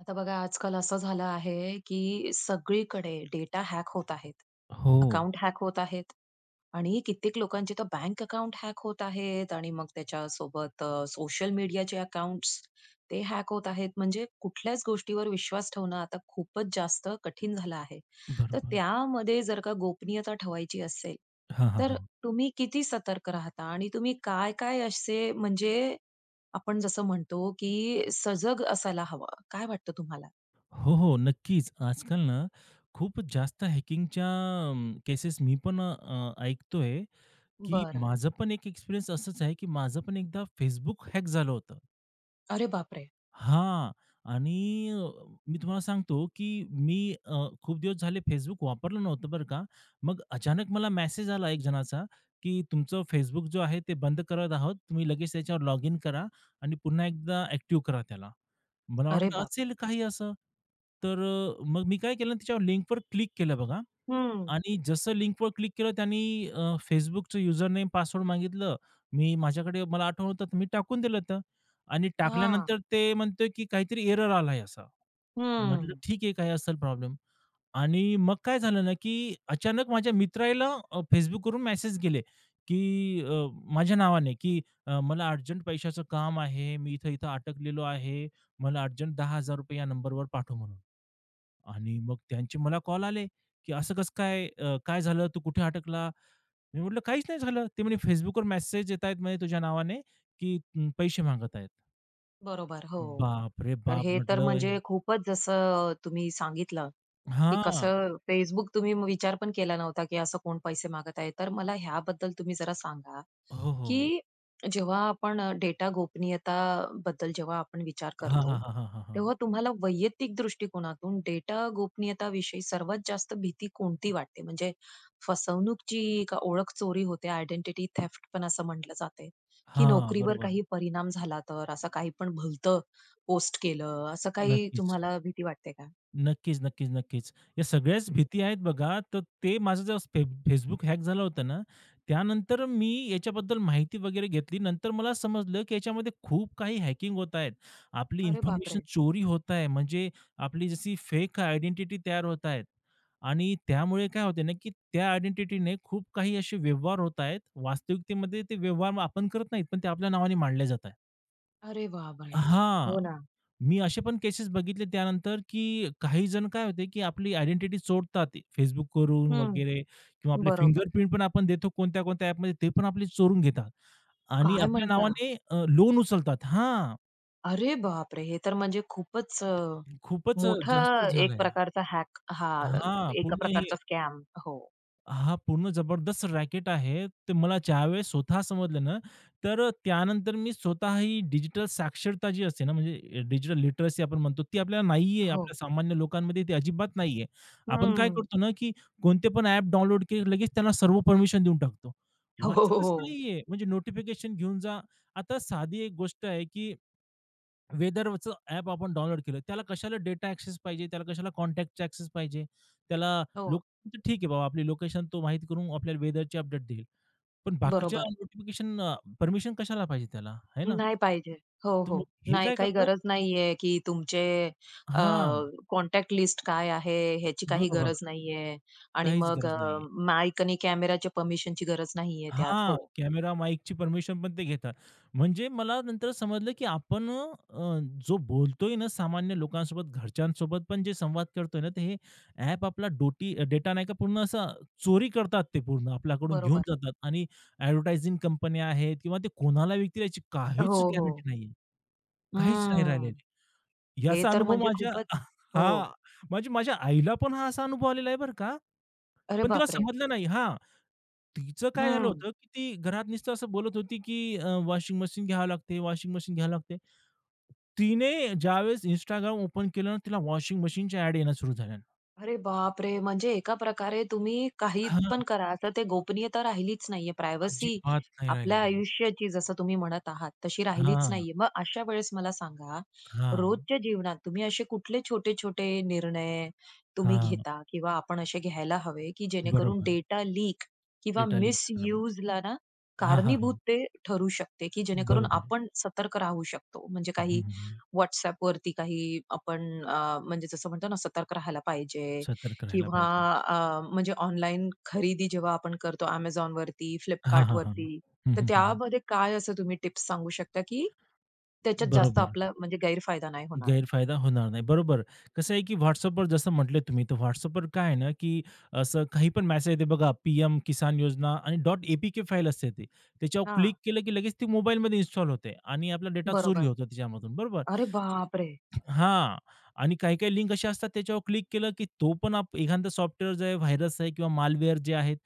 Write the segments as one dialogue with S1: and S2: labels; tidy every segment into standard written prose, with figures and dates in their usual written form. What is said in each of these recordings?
S1: आता बघा आजकाल असं झालं आहे, की सगळीकडे डेटा हॅक होत आहेत.
S2: हो,
S1: अकाउंट हॅक होत आहेत आणि कित्येक लोकांचे तर बँक अकाउंट हॅक होत आहेत आणि मग त्याच्यासोबत सोशल मीडियाचे अकाउंट्स ते हॅक होत आहेत. म्हणजे कुठल्याच गोष्टीवर विश्वास ठेवणं आता खूपच जास्त कठीण झालं आहे. तर
S2: बरोबर.
S1: त्यामध्ये जर का गोपनीयता ठेवायची असेल,
S2: हां, हां,
S1: तर
S2: हां.
S1: तुम्ही किती सतर्क राहता आणि तुम्ही काय-काय असे म्हणजे आपण जसं म्हणतो, की सजग असायला हवा. काय वाटतं तुम्हाला?
S2: हो, हो. नक्कीच. आजकाल ना खूप जास्त हॅकिंगच्या केसेस मी पण ऐकतोय, की
S1: बरं.
S2: माझं पण एक एक्सपिरियन्स असंच आहे, की माझं पण एकदा Facebook हॅक झालं होतं.
S1: अरे बापरे!
S2: हां. आणि मी तुम्हाला सांगतो, की मी खूप दिवस झाले Facebook वापरलं नव्हतं बरं का. मग अचानक मला मेसेज आला एक जणाचा, की तुमचं Facebook जो आहे ते बंद करत आहोत. तुम्ही लगेच त्याच्यावर लॉग इन करा आणि पुन्हा एकदा ॲक्टिव्ह करा त्याला. मला
S1: अरे
S2: वाटलं
S1: बापरे!
S2: असेल काही असं. तर मग मी काय केलं त्याच्यावर लिंकवर क्लिक केलं बघा
S1: हं.
S2: आणि जसं लिंकवर क्लिक केलं त्यांनी अ, Facebookचं युजर नेम, पासवर्ड मागितलं. मी माझ्याकडे मला आठवण होतं, तर मी टाकून दिलं होतं आणि
S1: हां.
S2: टाकल्यानंतर ते म्हणतोय, की काहीतरी एरर आलाय असा. म्हटलं
S1: हं.
S2: ठीक आहे, काय असेल प्रॉब्लेम आणि मग काय झालं ना, की अचानक माझ्या मित्राला Facebookवरून मेसेज गेले, की माझ्या नावाने, की "मला अर्जंट पैशाचं काम आहे. मी इथं-इथं अटकलेलो आहे. मला अर्जंट ₹10,000 या नंबरवर पाठव" म्हणून. आणि मग त्यांचे मला कॉल आले, की "असं कसं काय? काय झालं? तू कुठे अटकला?" मी म्हटलं, "काहीच नाही झालं." ते म्हणे, "Facebookवर मेसेज येत आहेत म्हणे तुझ्या नावाने, की पैसे मागत आहेत."
S1: बरोबर. हो.
S2: बाप रे
S1: तर
S2: बाप!
S1: हे तर
S2: म्हटलं
S1: म्हणजे खूपच जसं तुम्ही सांगितलं, की
S2: हां.
S1: कसं Facebook तुम्ही विचार पण केला नव्हता, की असं कोण पैसे मागत आहे. तर मला ह्याबद्दल तुम्ही जरा सांगा,
S2: हो,
S1: की
S2: हो.
S1: जेव्हा आपण डेटा गोपनीयता बद्दल जेव्हा आपण विचार
S2: हां, हां,
S1: करतो,
S2: हां, हां, हां, हां.
S1: तेव्हा तुम्हाला वैयक्तिक दृष्टिकोनातून डेटा गोपनीयताविषयी सर्वात जास्त भीती कोणती वाटते? म्हणजे फसवणूकची का ओळख चोरी होते, आयडेंटिटी थेफ्ट पण असं म्हटलं जाते, की
S2: हां,
S1: नोकरीवर
S2: बरोबर.
S1: काही परिणाम झाला तर असं काही पण भलतं पोस्ट केलं, असं काही
S2: नक्कीच.
S1: तुम्हाला भीती वाटते का?
S2: नक्कीच, नक्कीच, नक्कीच. या सगळ्याच भीती आहेत बघा. तर ते माझं जेव्हा Facebook हॅक झाला होता ना, त्यानंतर मी याच्याबद्दल माहिती वगैरे घेतली. नंतर मला समजलं, की याच्यामध्ये खूप काही हॅकिंग होत आहेत. आपली
S1: अरे
S2: इन्फॉर्मेशन
S1: बापरे!
S2: चोरी होत आहे. म्हणजे आपली जशी फेक आयडेंटिटी तयार होत आहेत. आणि त्यामुळे काय होते ना, की त्या आयडेंटिटीने खूप काही असे व्यवहार होत आहेत. वास्तविकतेमध्ये ते व्यवहार आपण करत नाहीत, पण ते आपल्या नावाने मांडले जात आहेत.
S1: अरे बापरे!
S2: हां.
S1: हो ना.
S2: मी असे पण केसेस बघितले त्यानंतर, की काही जण काय होते, की आपली आयडेंटिटी चोरतात Facebookवरून
S1: हं,
S2: वगैरे किंवा आपले
S1: बरोबर.
S2: फिंगरप्रिंट पण आपण देतो कोणत्या-कोणत्या ॲपमध्ये ते पण आपली चोरून घेतात आणि
S1: काय
S2: आपल्या
S1: म्हणता?
S2: नावाने लोन उचलतात. हां,
S1: अरे बापरे! हे तर म्हणजे खूपच
S2: खूपच
S1: मोठा
S2: जास्त
S1: एक
S2: झालंय.
S1: प्रकारचा हॅक हा
S2: हां,
S1: एका
S2: पूर्ण हे
S1: प्रकारचा स्कॅम. हो,
S2: हां, पूर्ण जबरदस्त रॅकेट आहे. ते मला ज्यावेळेस स्वतः समजलं ना, तर त्यानंतर मी स्वतः ही डिजिटल साक्षरता जी असते ना, म्हणजे डिजिटल लिटरसी आपण म्हणतो, ती आपल्याला नाहीये.
S1: हो.
S2: आपल्या सामान्य लोकांमध्ये ती अजिबात नाहीये. आपण काय
S1: हं.
S2: करतो ना, की कोणते पण ॲप डाउनलोड केले, लगेच त्यांना सर्व परमिशन देऊन टाकतो.
S1: हो, हो,
S2: वाचतच
S1: हो.
S2: नाहीये. म्हणजे नोटिफिकेशन घेऊन जा. आता साधी एक गोष्ट आहे, की वेदरचं ॲप आपण डाउनलोड केलं. त्याला कशाला डेटा ॲक्सेस पाहिजे, त्याला कशाला कॉन्टॅक्टचा ॲक्सेस पाहिजे. त्याला
S1: हो,
S2: लोक ठीक आहे बाबा आपली लोकेशन तो माहिती करून आपल्याला वेदरचे अपडेट देईल. पण बाकीच्या
S1: बरोबर.
S2: नोटिफिकेशन परमिशन कशाला पाहिजे त्याला, आहे ना?
S1: नाही पाहिजे. हो,
S2: तर मग
S1: हो.
S2: हे
S1: नाही,
S2: काय
S1: काही
S2: करतात
S1: गरज नाहीये, की तुमचे अ,
S2: हां,
S1: कॉन्टॅक्ट लिस्ट काय आहे, ह्याची काही
S2: बरोबर.
S1: गरज नाहीये आणि
S2: काहीच
S1: मग
S2: गरज नाही.
S1: माईक आणि कॅमेराच्या परमिशनची गरज नाहीये त्यात.
S2: हां,
S1: हो,
S2: कॅमेरा, माईकची परमिशन पण ते घेतात. म्हणजे मला नंतर समजलं, की आपण जो बोलतोय ना सामान्य लोकांसोबत, घरच्यांसोबत पण जे संवाद करतोय ना, ते हे ॲप आपला डोटी डेटा नाही का पूर्ण असा चोरी करतात ते पूर्ण आपल्याकडून घेऊन
S1: बरोबर.
S2: जातात आणि ॲडव्हर्टायझिंग कंपन्या आहेत किंवा ते कोणाला विकतील याची
S1: हो,
S2: काहीच
S1: हो.
S2: गॅरंटी नाहीये. काहीच नाही
S1: हम्म.
S2: राहिलेली.
S1: हे
S2: याचा
S1: तर
S2: अनुभव
S1: म्हणजे
S2: माझ्या
S1: खूपच
S2: हां,
S1: हो.
S2: म्हणजे माझ्या आईला पण हा असा अनुभव आलेला आहे बरं का.
S1: अरे
S2: पण तिला
S1: बापरे!
S2: समजलं नाही हां. तिचं काय झालं
S1: हं.
S2: होतं, की ती घरात नुसतं असं बोलत होती, की वॉशिंग मशीन घ्यावं लागते, वॉशिंग मशीन घ्यावं लागते. तिने ज्यावेळेस Instagram ओपन केलं ना, तिला वॉशिंग मशीनच्या ॲड येणं सुरू झाल्या.
S1: अरे बापरे! म्हणजे एका प्रकारे तुम्ही काही
S2: हां,
S1: पण करा, तर ते गोपनीयता राहिलीच नाहीये. प्रायव्हसी
S2: अजिबात नाही
S1: आपल्या
S2: राहिलेली.
S1: आयुष्याची जसं तुम्ही म्हणत आहात, तशी राहिलीच
S2: हां,
S1: नाहीये. मग अशा वेळेस मला सांगा,
S2: हां,
S1: रोजच्या जीवनात तुम्ही असे कुठले छोटे-छोटे निर्णय तुम्ही
S2: हां.
S1: घेता किंवा आपण असे घ्यायला हवे, की जेणेकरून
S2: बरोबर.
S1: डेटा लीक किंवा
S2: डिटॉलिंगच्या बरोबर.
S1: मिसयूजला ना
S2: हां, हां,
S1: कारणीभूत
S2: हां.
S1: ते ठरू शकते, की जेणेकरून
S2: बरोबर.
S1: आपण सतर्क राहू शकतो? म्हणजे
S2: हं, हं,
S1: काही
S2: हं.
S1: WhatsAppवरती काही आपण म्हणजे जसं म्हणतो ना सतर्क राहायला पाहिजे
S2: सतर्क राहायला
S1: किंवा
S2: पाहिजे.
S1: म्हणजे ऑनलाईन खरेदी जेव्हा आपण करतो Amazonवरती,
S2: हां, हां, हां.
S1: Flipkartवरती,
S2: हं,
S1: तर
S2: हं, हं.
S1: त्यामध्ये काय असं तुम्ही टिप्स सांगू शकता, की त्याच्यात जास्त
S2: बरोबर.
S1: आपला म्हणजे गैरफायदा नाही होणार?
S2: गैरफायदा होणार नाही. बरोबर. कसं आहे की WhatsAppवर जसं म्हटले तुम्ही, तर WhatsAppवर काय आहे ना, की असं काही पण मेसेज येते बघा, पी-एम किसान योजना आणि डॉट ए-पी-के फाईल असते ते त्याच्यावर
S1: हां,
S2: क्लिक केलं की लगेच ती मोबाईलमध्ये इन्स्टॉल होते आणि आपला डेटा चोरी
S1: बरोबर.
S2: होतो त्याच्यामधून. बरोबर?
S1: अरे बापरे!
S2: हां. आणि काही-काही लिंक अशा असतात त्याच्यावर क्लिक केलं, की तो पण एखादा सॉफ्टवेअर जे आहे, व्हायरस आहे किंवा मालवेअर जे आहेत,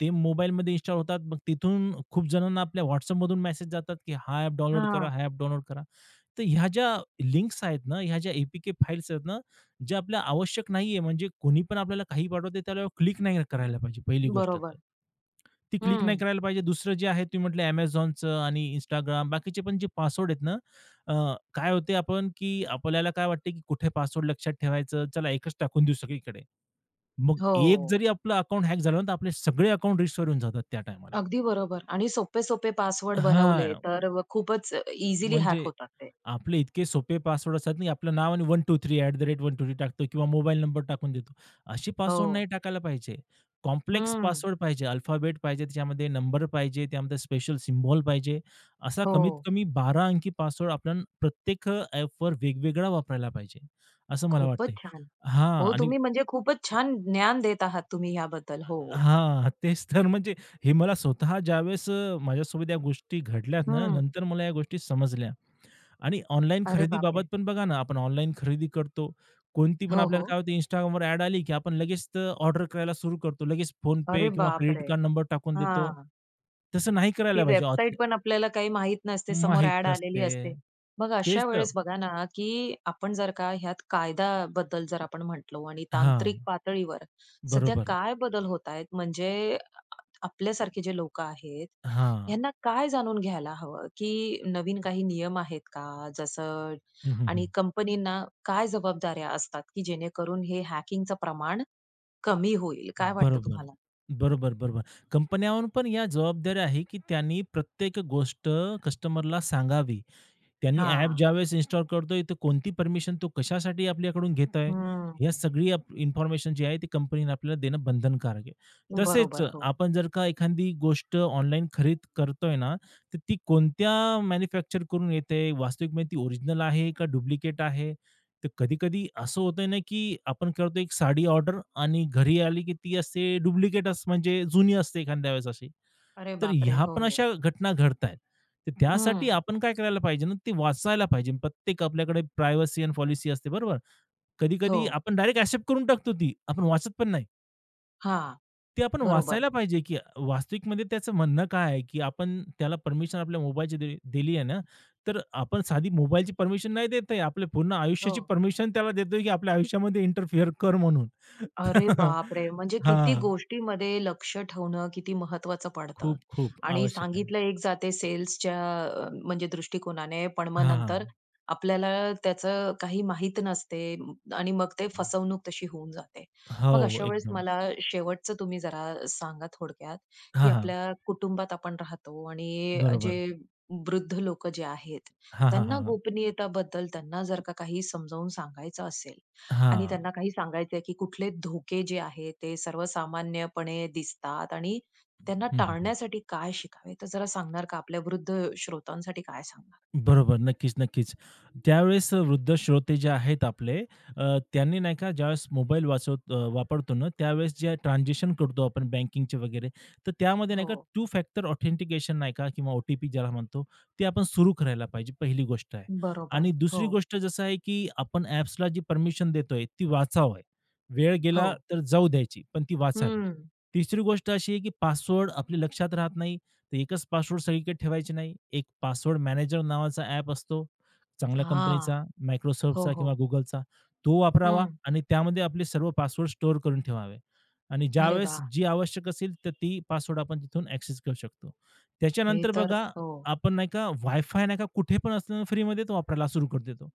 S2: ते मोबाईलमध्ये इन्स्टॉल होतात. मग तिथून खूप जणांना आपल्या WhatsAppमधून मेसेज जातात, की हा ॲप डाउनलोड करा,
S1: हां,
S2: हा ॲप डाउनलोड करा. तर ह्या ज्या लिंक्स आहेत ना, ह्या ज्या ए पी आहेत ना, ज्या आपल्या आवश्यक नाहीये, म्हणजे कोणी पण आपल्याला काही पाठवते त्याला क्लिक नाही करायला पाहिजे पहिली गोष्ट तर.
S1: बरोबर.
S2: ती क्लिक नाही
S1: हं.
S2: करायला पाहिजे. दुसरं जे आहे तुम्ही म्हटलं Amazonचं आणि Instagram बाकीचे पण जे पासवर्ड आहेत ना अ, काय होते आपण, की आपल्याला काय वाटते, की कुठे पासवर्ड लक्षात ठेवायचं, चला एकच टाकून देऊ सगळीकडे. मग एक
S1: हो,
S2: जरी आपलं अकाउंट हॅक झालं ना, तर आपले सगळे अकाउंट रिस्टोअर होऊन जातात त्या टायमाला.
S1: अगदी बरोबर आणि सोपे-सोपे पासवर्ड बनवले,
S2: हां,
S1: तर व खूपच इझिली हॅक
S2: म्हणजे
S1: होतात ते.
S2: आपले इतके सोपे पासवर्ड असतात ना, आपलं नाव आणि 123 ॲट द रेट 123 टाकतो किंवा मोबाईल नंबर टाकून देतो. असे पासवर्ड
S1: हो.
S2: नाही टाकायला पाहिजे. कॉम्प्लेक्स
S1: हं.
S2: पासवर्ड पाहिजे, अल्फाबेट पाहिजे, त्याच्यामध्ये नंबर पाहिजे, त्यामध्ये स्पेशल सिम्बॉल पाहिजे. असा
S1: हो.
S2: कमीत कमी 12 अंकी पासवर्ड आपण प्रत्येक ॲपवर वेगवेगळा वापरायला पाहिजे, असं मला
S1: खूपच
S2: वाटतंय.
S1: छान.
S2: हां
S1: हो,
S2: आणि
S1: तुम्ही म्हणजे खूपच छान ज्ञान देत आहात तुम्ही ह्याबद्दल. हो.
S2: हां, तेच तर म्हणजे हे मला स्वतः ज्यावेळेस माझ्यासोबत या गोष्टी घडल्यात ना,
S1: हं.
S2: नंतर मला या गोष्टी समजल्या. आणि ऑनलाईन
S1: अरे
S2: खरेदीबाबत
S1: बापरे!
S2: पण बघा ना, आपण ऑनलाईन खरेदी करतो. कोणती पण
S1: हो,
S2: आपल्याला
S1: हो.
S2: काय होते Instagramवर ॲड आली, की आपण लगेच तर ऑर्डर करायला सुरू करतो. लगेच
S1: अरे
S2: PhonePe किंवा क्रेडिट
S1: बापरे!
S2: कार्ड नंबर टाकून देतो.
S1: हां.
S2: तसं नाही
S1: ती
S2: करायला पाहिजे.
S1: वेबसाईट पण आपल्याला काही माहीत नसते, समोर
S2: माहीत
S1: ॲड आलेली
S2: नसते.
S1: असते. मग
S2: तेच
S1: अशा
S2: तर.
S1: वेळेस बघा ना, की आपण जर का ह्यात कायद्याबद्दल जर आपण म्हटलो आणि
S2: हां,
S1: तांत्रिक पातळीवर सध्या
S2: बरोबर.
S1: काय बदल होत आहेत? म्हणजे आपल्यासारखे जे लोक आहेत,
S2: हां.
S1: ह्यांना काय जाणून घ्यायला हवं, की नवीन काही नियम आहेत का? जसं
S2: हं, हं,
S1: आणि
S2: हं.
S1: कंपनींना काय जबाबदाऱ्या असतात, की जेणेकरून हे हॅकिंगचं प्रमाण कमी होईल? काय वाटतं
S2: बरोबर.
S1: तुम्हाला?
S2: बरोबर, बरोबर. कंपन्यांवर पण या जबाबदाऱ्या आहे, की त्यांनी प्रत्येक गोष्ट कस्टमरला सांगावी. त्यांनी ॲप
S1: हां.
S2: ज्यावेळेस इन्स्टॉल करतोय, तर कोणती परमिशन तो कशासाठी आपल्याकडून घेतोय, या
S1: हं.
S2: सगळी इन्फॉर्मेशन जी आहे ती कंपनीने आपल्याला देणं बंधनकारक आहे. तसेच
S1: बरोबर. हो.
S2: आपण जर का एखादी गोष्ट ऑनलाईन खरीद करतोय ना, तर ती कोणत्या मॅन्युफॅक्चर करून येते, वास्तविकमध्ये ती ओरिजिनल आहे का डुप्लिकेट आहे? तर कधी-कधी असं होतंय ना, की आपण करतो एक साडी ऑर्डर आणि घरी आली की ती असते डुप्लिकेटच म्हणजे जुनी असते एखाद्या वेळेस अशी.
S1: अरे
S2: तर
S1: बापरे!
S2: ह्या पण
S1: हो.
S2: अशा घटना घडतायत. तर त्यासाठी
S1: हं.
S2: आपण काय करायला पाहिजे ना, ते वाचायला पाहिजे. प्रत्येक आपल्याकडे प्रायव्हसी आणि पॉलिसी असते, बरोबर?
S1: हो.
S2: कधी-कधी आपण डायरेक्ट एक्सेप्ट करून टाकतो ती. आपण वाचत पण नाही.
S1: हां.
S2: ते आपण
S1: बरोबर.
S2: वाचायला पाहिजे, की वास्तविकमध्ये त्याचं म्हणणं काय आहे, की आपण त्याला परमिशन आपल्या मोबाईलची दिली आहे ना, तर आपण साधी मोबाईलची परमिशन नाही देत आहे. आपल्या पूर्ण
S1: हो.
S2: आयुष्याची परमिशन त्याला देतोय, की आपल्या आयुष्यामध्ये इंटरफिअर कर म्हणून.
S1: अरे बापरे! म्हणजे किती
S2: हां.
S1: गोष्टीमध्ये लक्ष ठेवणं किती महत्वाचं पडतं.
S2: खूप, खूप
S1: आणि
S2: आवश्यक आहे.
S1: सांगितलं एक जाते सेल्सच्या म्हणजे दृष्टिकोनाने, पण मग
S2: हां, हां.
S1: नंतर आपल्याला त्याचं काही माहीत नसते आणि मग ते फसवणूक तशी होऊन जाते. मग
S2: हो,
S1: अशा वेळेस
S2: एकदम.
S1: मला शेवटचं तुम्ही जरा सांगा थोडक्यात, की
S2: हां, हां.
S1: आपल्या कुटुंबात आपण राहतो आणि जे
S2: बरोबर.
S1: वृद्ध लोकं जे आहेत,
S2: हां, हां, हां,
S1: त्यांना
S2: हां.
S1: गोपनीयताबद्दल त्यांना जर का काही समजावून सांगायचं असेल, आणि
S2: हां.
S1: त्यांना काही सांगायचंय, की कुठले धोके जे आहेत ते सर्वसामान्यपणे दिसतात आणि त्यांना
S2: हं, हं, हं.
S1: टाळण्यासाठी काय शिकावे? तर जरा सांगणार का? आपल्या वृद्ध श्रोतांसाठी काय सांगणार?
S2: बरोबर. नक्कीच, नक्कीच. त्यावेळेस वृद्ध श्रोते जे आहेत आपले त्यांनी नाही का ज्यावेळेस मोबाईल वाचवत वापरतो ना, त्यावेळेस जे ट्रान्झॅक्शन करतो आपण बँकिंगचे वगैरे, तर त्यामध्ये नाही
S1: हो.
S2: का टू फॅक्टर ऑथेंटिकेशन नाही का किंवा ओ-टी-पी ज्याला म्हणतो, ते आपण सुरू करायला पाहिजे, पहिली गोष्ट आहे. आणि
S1: बरोबर.
S2: दुसरी
S1: हो,
S2: गोष्ट जसं आहे, की आपण ॲप्सला जी परमिशन देतोय, ती वाचावी. वेळ
S1: हो.
S2: गेला तर जाऊ द्यायची, पण ती वाचावी.
S1: हं.
S2: तिसरी गोष्ट अशी आहे, की पासवर्ड आपल्या लक्षात राहत नाही, तर एकच पासवर्ड सगळीकडे ठेवायचे नाही. एक पासवर्ड मॅनेजर नावाचा ॲप असतो, चांगल्या कंपनीचा,
S1: हां. हो,
S2: Microsoftचा
S1: हो.
S2: किंवा Googleचा. तो वापरावा
S1: हं.
S2: आणि त्यामध्ये आपले सर्व पासवर्ड स्टोअर करून ठेवावे आणि
S1: अरे
S2: ज्यावेळेस
S1: वाह!
S2: जी आवश्यक असेल, तर ती पासवर्ड आपण तिथून ॲक्सेस करू शकतो.
S1: हे
S2: त्याच्यानंतर
S1: तर
S2: बघा,
S1: हो.
S2: आपण नाही का वायफाय नाही का कुठे पण असताना फ्रीमध्ये तो वापरायला सुरू करून देतो.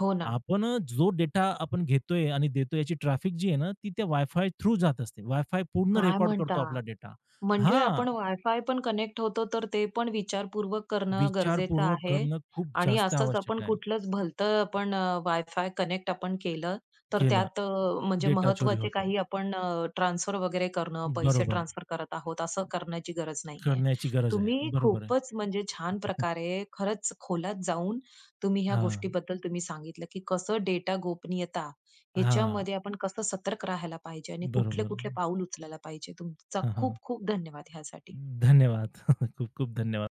S1: हो ना.
S2: आपण जो डेटा आपण घेतोय आणि देतोय याची ट्रॅफिक जी आहे ना, ती त्या वायफाय थ्रू जात असते. वायफाय पूर्ण
S1: काय
S2: रेकॉर्ड
S1: म्हणता?
S2: करतो आपला डेटा.
S1: म्हणजे
S2: हां.
S1: आपण वायफाय पण कनेक्ट होतो, तर ते पण विचारपूर्वक करणं गरजेचं
S2: विचारपूर्वक
S1: आहे.
S2: करणं खूप
S1: आणि
S2: जास्त
S1: असंच आपण
S2: आवश्यक आहे.
S1: कुठलंच भलतं आपण वायफाय कनेक्ट आपण केलं, तर
S2: केलं,
S1: त्यात म्हणजे
S2: डेटा चोरी
S1: महत्त्वाचे
S2: होतो.
S1: काही आपण ट्रान्सफर वगैरे करणं, पैसे
S2: बरोबर.
S1: ट्रान्सफर करत आहोत, असं करण्याची गरज नाहीये.
S2: करण्याची गरज आहे.
S1: तुम्ही
S2: बरोबर आहे.
S1: खूपच म्हणजे छान प्रकारे खरंच खोलात जाऊन तुम्ही ह्या
S2: हां,
S1: गोष्टीबद्दल तुम्ही सांगितलं, की कसं डेटा गोपनीयता
S2: हां.
S1: ह्याच्यामध्ये आपण कसं सतर्क राहायला पाहिजे आणि
S2: बरोबर.
S1: कुठले-कुठले पाऊल उचलायला पाहिजे. तुमचा
S2: हां, हां.
S1: खूप-खूप धन्यवाद ह्यासाठी.
S2: धन्यवाद. खूप खूप धन्यवाद.